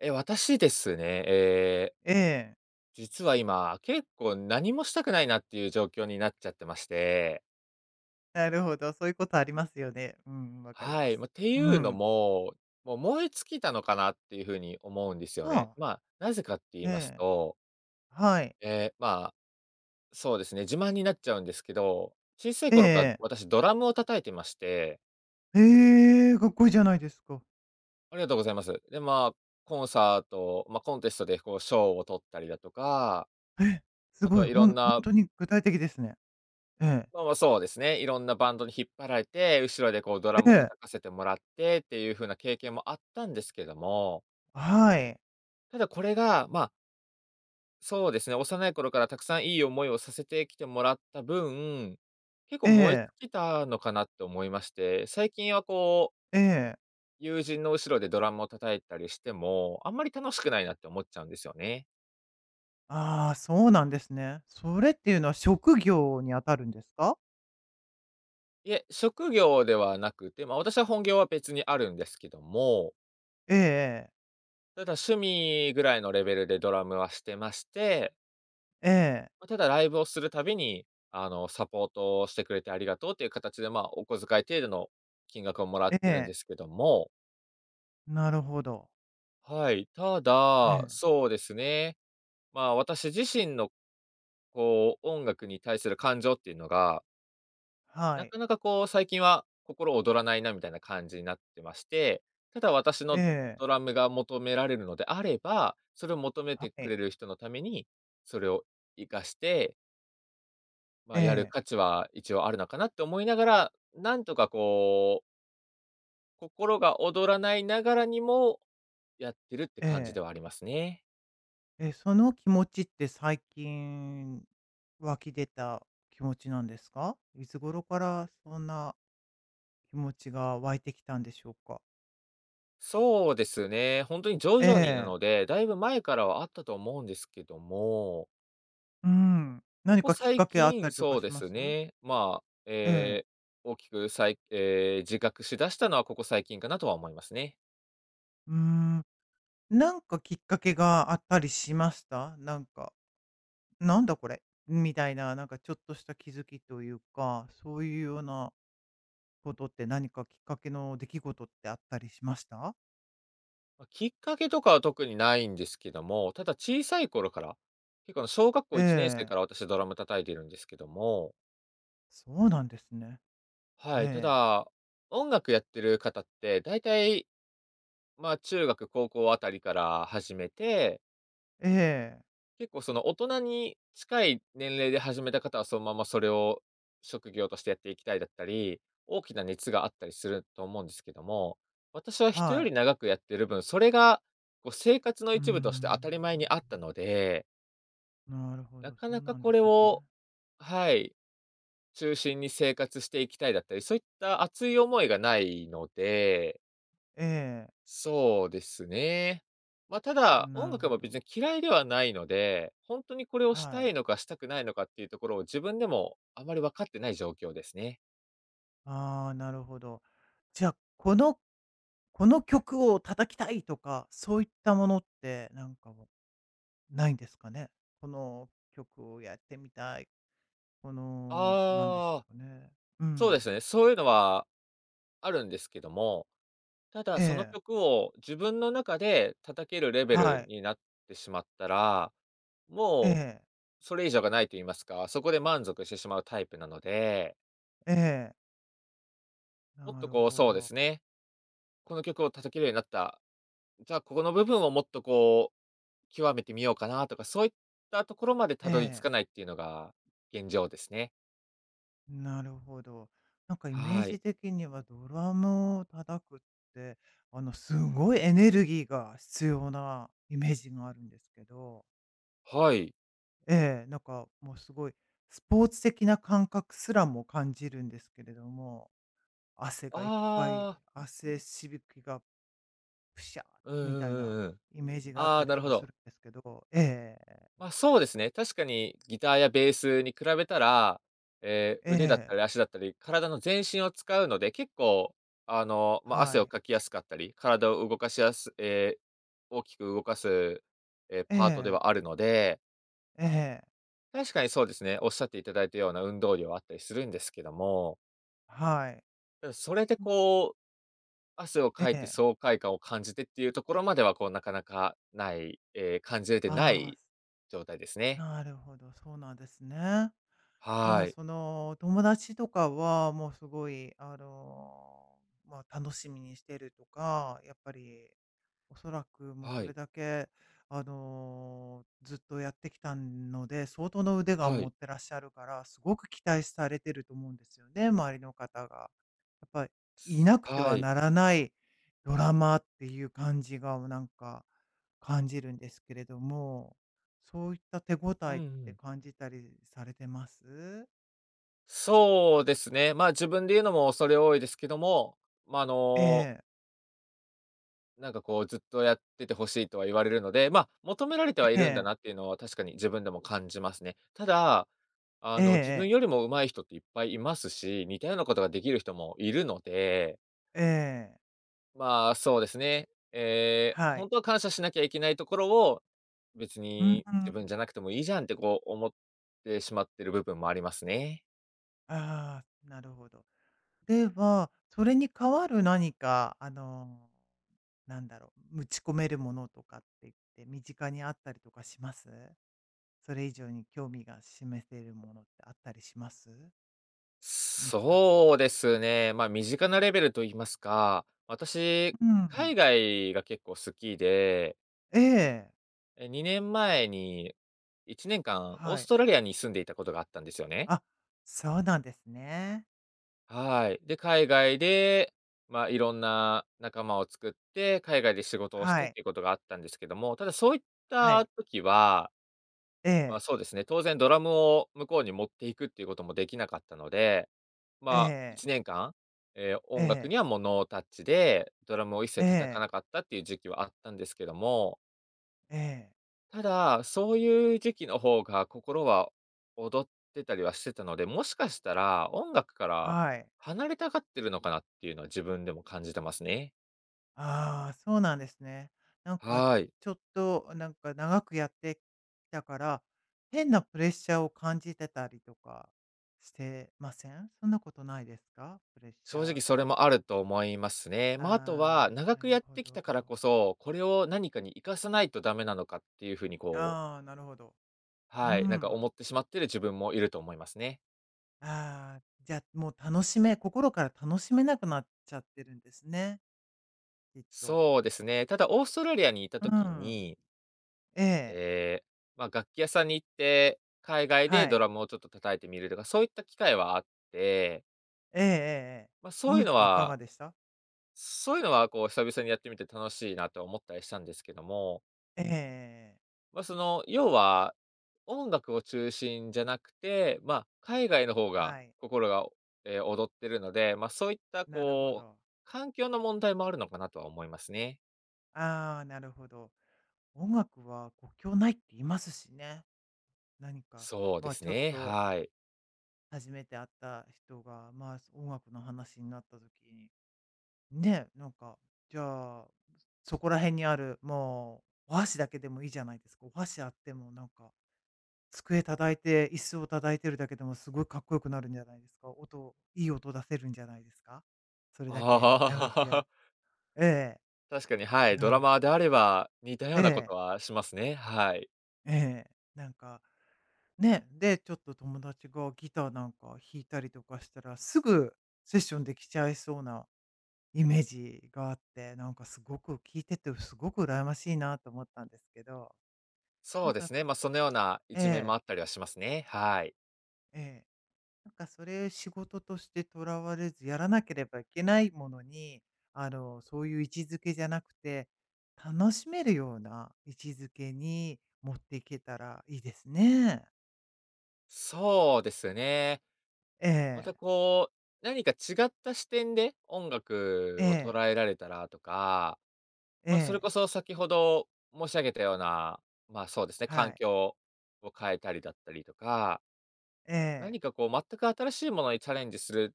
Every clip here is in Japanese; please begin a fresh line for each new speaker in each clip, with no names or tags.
私ですね、
ええ、
実は今、結構何もしたくないなっていう状況になっちゃってまして。
なるほど、そういうことありますよね。うん、わかり
は
ま
い。
す。
ま、てい
う
うの
ん。
も、もう燃え尽きたのかなっていうふうに思うんですよ
は
ね。
あ、
まあ、なぜかって言います
ええ、
と、
はい。
まあ、そうですね、自慢になっちゃうんですけど、小さい
ええ
頃から
ええ。
私ドラムを叩いてまして、
へえ、かっこいいじゃないですか。
ありがとうございます。で、まあ、コンサート、まあ、コンテストでこう賞を取ったりだとか、
ええ、す
あと
ごい、
はいろ
ほ
ん
ん
な、
ほに具体的ですね。ええ、
まあまあ、そうですね。いろんなバンドに引っ張られて、後ろでこうドラ
え
ム
え、
叩かせてもらってっていう風な経験もあったんですけども、
はい。
ただこれが、まあ、そうですね、幼い頃からたくさんいい思いをさせてきてもらった分、結構
え
燃え尽
え、
きたのかなって思いまして、最近はこう、
ええ。
友人の後ろでドラムを叩いたりしても、あんまり楽しくないなって思っちゃうんですよね。
ああ、そうなんですね。それっていうのは職業に当たるんですか？
いえ、職業ではなくて、まあ私は本業は別にあるんですけども、
え
ただ、趣味ぐらいのレベルでドラムはしてまして、
ええ、
ま、ただライブをするたびに、サポートをしてくれてありがとうっていう形で、まあ、お小遣い程度の金額をもらっ
ええ、え
てるんで
え、
すけども、
なるほど。
はい、た
え
だ、
え、
そうですね、まあ、私自身のこう、音楽に対する感情っていうのが
は
な
い。
かなかこう、最近は心躍らないなみたいな感じになってまして、ただ私
え
の
え、
ドラムが求められるのであれば、それを求め
は
てく
い。
れる人のために、それを活かして、まあ、
え
やる
え、
価値は一応あるのかなって思いながら、なんとかこう、心が躍らないながらにもやってるって
え
感じで
え。
はありますね。
え、その気持ちって最近湧き出た気持ちなんですか？いつ頃からそんな気持ちが湧いてきたんでしょうか？
そうですね。本当に徐
え
々にな
え、
ので、だいぶ前からはあったと思うんですけども、
うん。
こ
何
こ
かきっ
最
かけあった
近、
りと
そ
か
う
し
で
ま
す
す？
ね。まあ、
ええ、
大きく再自覚しだしたのはここ最近かなとは思いますね。
うーん。なんかきっかけがあったりしました？なんか、なんだこれ、みたいな、なんかちょっとした気づきというか、そういうようなことって何かきっかけの出来事ってあったりしました？
ま、きっかけとかは特にないんですけども、ただ小さい頃から、結構小学
え
校1年生
え、
から私ドラム叩いてるんですけども、
そうなんですね。
はい、た
ええ。
だ、音楽やってる方って、大体まあ、中学、高校あたりから始めて、
ええ、
結構その大人に近い年齢で始めた方はそのままそれを職業としてやっていきたいだったり、大きな熱があったりすると思うんですけども、私は人よ
は
り
い。
長くやってる分、それがこう生活の
うー
一部として当
ん。
たり前にあったので、
なるほ
な
ど、
か
そ
な
う
か
なん
こ
で
れ
す
を、
ね。
はい、中心に生活していきたいだったり、そういった熱い思いがないので、
ええ、
そうですね。まあ、ただ、
な
音
る
楽
ほ
も別
ど。
に嫌いではないので、本当にこれをし
は
たい
い。
のかしたくないのかっていうところを自分でもあまり分かってない状況ですね。
ああ、なるほど。じゃあ、この曲を叩きたいとか、そういったものってなんかもうないんですかね？この曲をやってみたい、このなんでしょ
ああ、
うかね。う
そうで
ん。
すね。そういうのはあるんですけども、ただ
え
その
え、
曲を自分の中で叩けるレベ
は
ル
い。
になってしまったら、
え
もう
え、
それ以上がないと言いますか、そこで満足してしまうタイプなので、
ええ、
もっ
な
と
る
こう、
ほ
そうで
ど。
すね、この曲を叩けるようになった、じゃあここの部分をもっとこう極めてみようかなとか、そういったところまでた
え
どり着
え。
かないっていうのが現状ですね。
なるほど。なんかイメー
はい。
ジ的にはドラムを叩くって、あの、すごいエネルギーが必要なイメージがあるんですけど、
はい。
ええ、なんかもうすごいスポーツ的な感覚すらも感じるんですけれども、汗がいっぱい、
ああ、
汗しぶきがプシャー
うんう
みたいな
んうんうん。
イメージがあっ
あ
た
あ、
り
な
と
るほ
かす
ど。
るんですけど、ええ、
まあ、そうですね。確かにギターやベースに比べたら、
え
腕だった
え、
り足だったり、体の全身を使うので、結構、まあ、汗
は
を
い、
かきやすかったり、体を動かしやすえー大きく動かす、
え
パートで
え、
はあるので、
ええ、
確かにそうですね、おっしゃっていただいたような運動量はあったりするんですけども、
はい、
うん、それでこう、汗を
え
かいて
え、
爽快感を感じてっていうところまでは、こう、なかなかない、感じれてな
ああ、
い状態ですね。
なるほど、そうなんですね。じゃ
は
あ、
い。
その、友達とかは、もうすごい、あの、まあ、楽しみにしてるとか、やっぱりおそらくもうそ
は
れ
い。
だけ、あの、ずっとやってきたので、相当の腕が
は
持
い。
ってらっしゃるから、すごく期待されてると思うんですよね、周りの方が。やっぱ、いなくて
は
は
い。
ならないドラマっていう感じが、なんか、感じるんですけれども、そういった手応
うん
え
う
って
ん。
感じたりされてます？
そうですね。まあ、自分で言うのも恐れ多いですけども、ま、ああ
え
の、
え、
なんかこうずっとやっててほしいとは言われるので、求められてはい
え
るんだ
え、
なっていうのは確かに自分でも感じますね。ただ、自分
ええ
よりも上手い人っていっぱいいますし、似たようなことができる人もいるので、
ええ、ええ、
まあ、そうですね。ええ、
は
本
い。
当は感謝しなきゃいけないところを、別
うん
に
う
自分
ん。
じゃなくてもいいじゃんってこう思ってしまってる部分もありますね。
ああ、なるほど。では、それに代わる何か、あの、なんだろう、打ち込めるものとかって言って、身近にあったりとかしますそれ以上に興味が示せるものってあったりします見つかったり。
そうですね、まあ、身近なレベルと言いますか、私、
うん。
海外が結構好きで、
ええ。
2年前に1年間オー
は
ス
い。
トラリアに住んでいたことがあったんですよね。
あ、そうなんですね。
はい。で、海外で、まあ、いろんな仲間を作って、海外で仕事をして
は
っ
い。
ていうことがあったんですけども、ただそういっ
は
た
い。
時は、
ええ。
そうですね、当然ドラムを向こうに持っていくっていうこともできなかったので、
え
1
え。
年間、
え
音楽
え。
にはもうノータッチで、ドラムを一切
え
叩かな
え。
かったっていう時期はあったんですけども、
ええ。
ただ、そういう時期の方が心は踊ってたりはしてたので、もしかしたら音楽から
はい。
離れたがってるのかなっていうのは自分でも感じてますね。
ああ、そうなんですね。なんか、
はい。
ちょっと、なんか、長くやってきたから、変なプレッシャーを感じてたりとかしてませんそんなことないですかプレッシ
正直
ャー
それ
が。
もあると思いますね。まあ、あとは
あ
長
あ、な
く
る
やっ
ほ
てきたから
ど。
こそ、これを何かに活かさないとダメなのかっていうふうにこう、
ああ、なるほど。う
はい、なんか思
ん。
ってしまってる自分もいると思いますね。
ああ、じゃあ、もう楽しめ、心から楽しめなくなっちゃってるんですね。きっと。
そうですね。ただオーストラリアにいた
う
時
ん。
に、
ええ。
ええ、まあ、楽器屋さんに行って、海外
は
でド
い。
ラムをちょっと叩いてみるとか、そういった機会はあって、
ええ、ええ。ええ
まあ、
そ
そういう
の
の
時いか
は
がでした
そういうのはこう久々にやってみて楽しいなと思ったりしたんですけども、
ええ。
まあ、要は、音楽を中心じゃなくて、まあ、海外の方が
はい。
心が、踊ってるので、まあ、そういった
なるほ
こう、
ど。
環境の問題もあるのかなとは思いますね。
ああ、なるほど。音楽は国境ないって言いますしね。何か、
そうで
まあ
す
ちょっ
ね、
と
はい。
初めて会った人が、まあ音楽の話になった時に、ね、なんか、じゃあ、そこら辺にある、もうお箸だけでもいいじゃないですか。お箸あってもなんか、机叩いて、椅子を叩いてるだけでもすごいかっこよくなるんじゃないですか。音、いい音出せるんじゃないですか。それだけ長くや、
ああ、
ええ
確かに、はい、ドラ
な
マーであれば、似たよう
え
なこ
え
とはしますね、はい。
ええなんか、ね、で、ちょっと友達がギターなんか弾いたりとかしたら、すぐセッションできちゃいそうなイメージがあって、なんかすごく聞いててすごく羨ましいなと思ったんですけど、
そ
なん
うで
か
すね、そのような
え
一面も
え、
あったりはしますね、はい。
ええ。なんかそれ仕事としてとらわれず、やらなければいけないものに、あの、そういう位置づけじゃなくて、楽しめるような位置づけに持っていけたらいいですね。
そうですね。
え
ま
え、
たこう、何か違った視点で音楽
え
を捉
え、
えられたらとか、
え
それ
え、
こそ先ほど申し上げたような、そうですね、
は
環
い、
境を変えたりだったりとか、
ええ。
何かこう全く新しいものにチャレンジする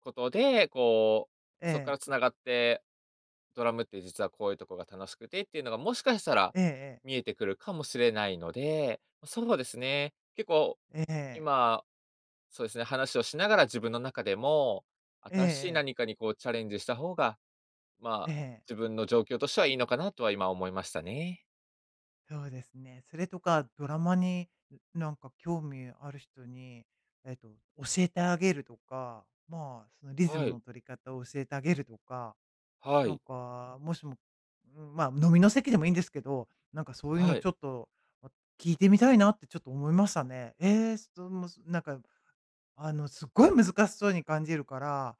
ことで、こう、
え
そこから
え、
つながってドラムって実はこういうとこが楽しくてっていうのがもしかしたら
ええ
見えてくるかもしれないので、そうですね。結構
ええ、ええ、
今、そうですね、話をしながら自分の中でも、
えええ
新しい
え、
何か
え
にこうチャレンジした方が、ま
え
あ、
ええ
自分の状況としてはいいのかなとは今思いましたね。
そうですね。それとかドラマに、なんか興味ある人に、えっと、教えてあげるとか、まあ、そのリズ
は
ム
い、
の取り方を教えてあげるとか、
は
なん
い、
か、もしも、うん、まあ、飲みの席でもいいんですけど、なんかそういう
は
の
い、
ちょっと、あ、聞いてみたいなってちょっと思いましたね。ええ、その、なんかあの、すっごい難しそうに感じるから、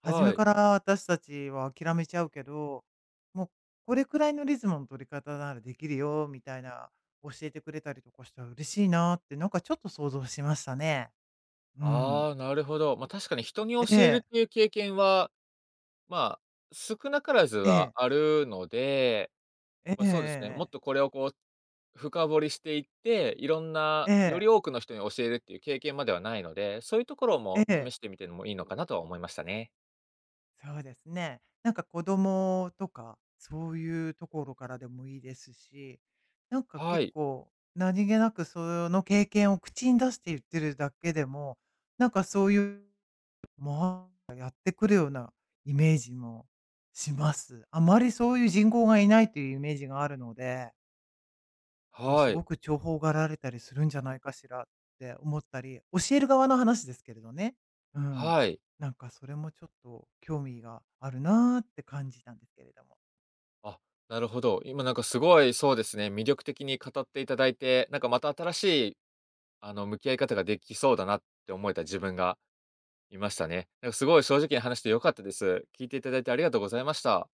初
は
め
い。
から私たちは諦めちゃうけど、もうこれくらいのリズムの取り方ならできるよみたいな教えてくれたりとかしたら嬉しいなって、なんかちょっと想像しましたね。うん。
ああ、なるほど。まあ、確かに人に教
え
えるっ
え、
ていう経験は、まあ、少なからず
え
は
え、
あるので、
え
まあ、
え
そうですね。もっ
え
と
え
これをこう、深掘りしていって、いろんな、
え
より
え、
多くの人に教えるっていう経験まではないので、そういうところ
ええ、
も
え
試
え。
してみてのもいいのかなとは思いましたね。
そうですね。なんか子供とか、そういうところからでもいいですし、なんか
は
結
い、
構何気なくその経験を口に出して言ってるだけでも、なんかそういう、まあ、やってくるようなイメージもします。あまりそういう人口がいないというイメージがあるので。もう
は
す
い、
ごく重宝がられたりするんじゃないかしらって思ったり、教える側の話ですけれどね。うん。
はい。
なんかそれもちょっと興味があるなーって感じたんですけれども。
あ、なるほど。今なんかすごいそうですね、魅力的に語っていただいて、なんかまた新しい、向き合い方ができそうだなって思えた自分がいましたね。なんかすごい正直に話して良かったです。聞いていただいてありがとうございました。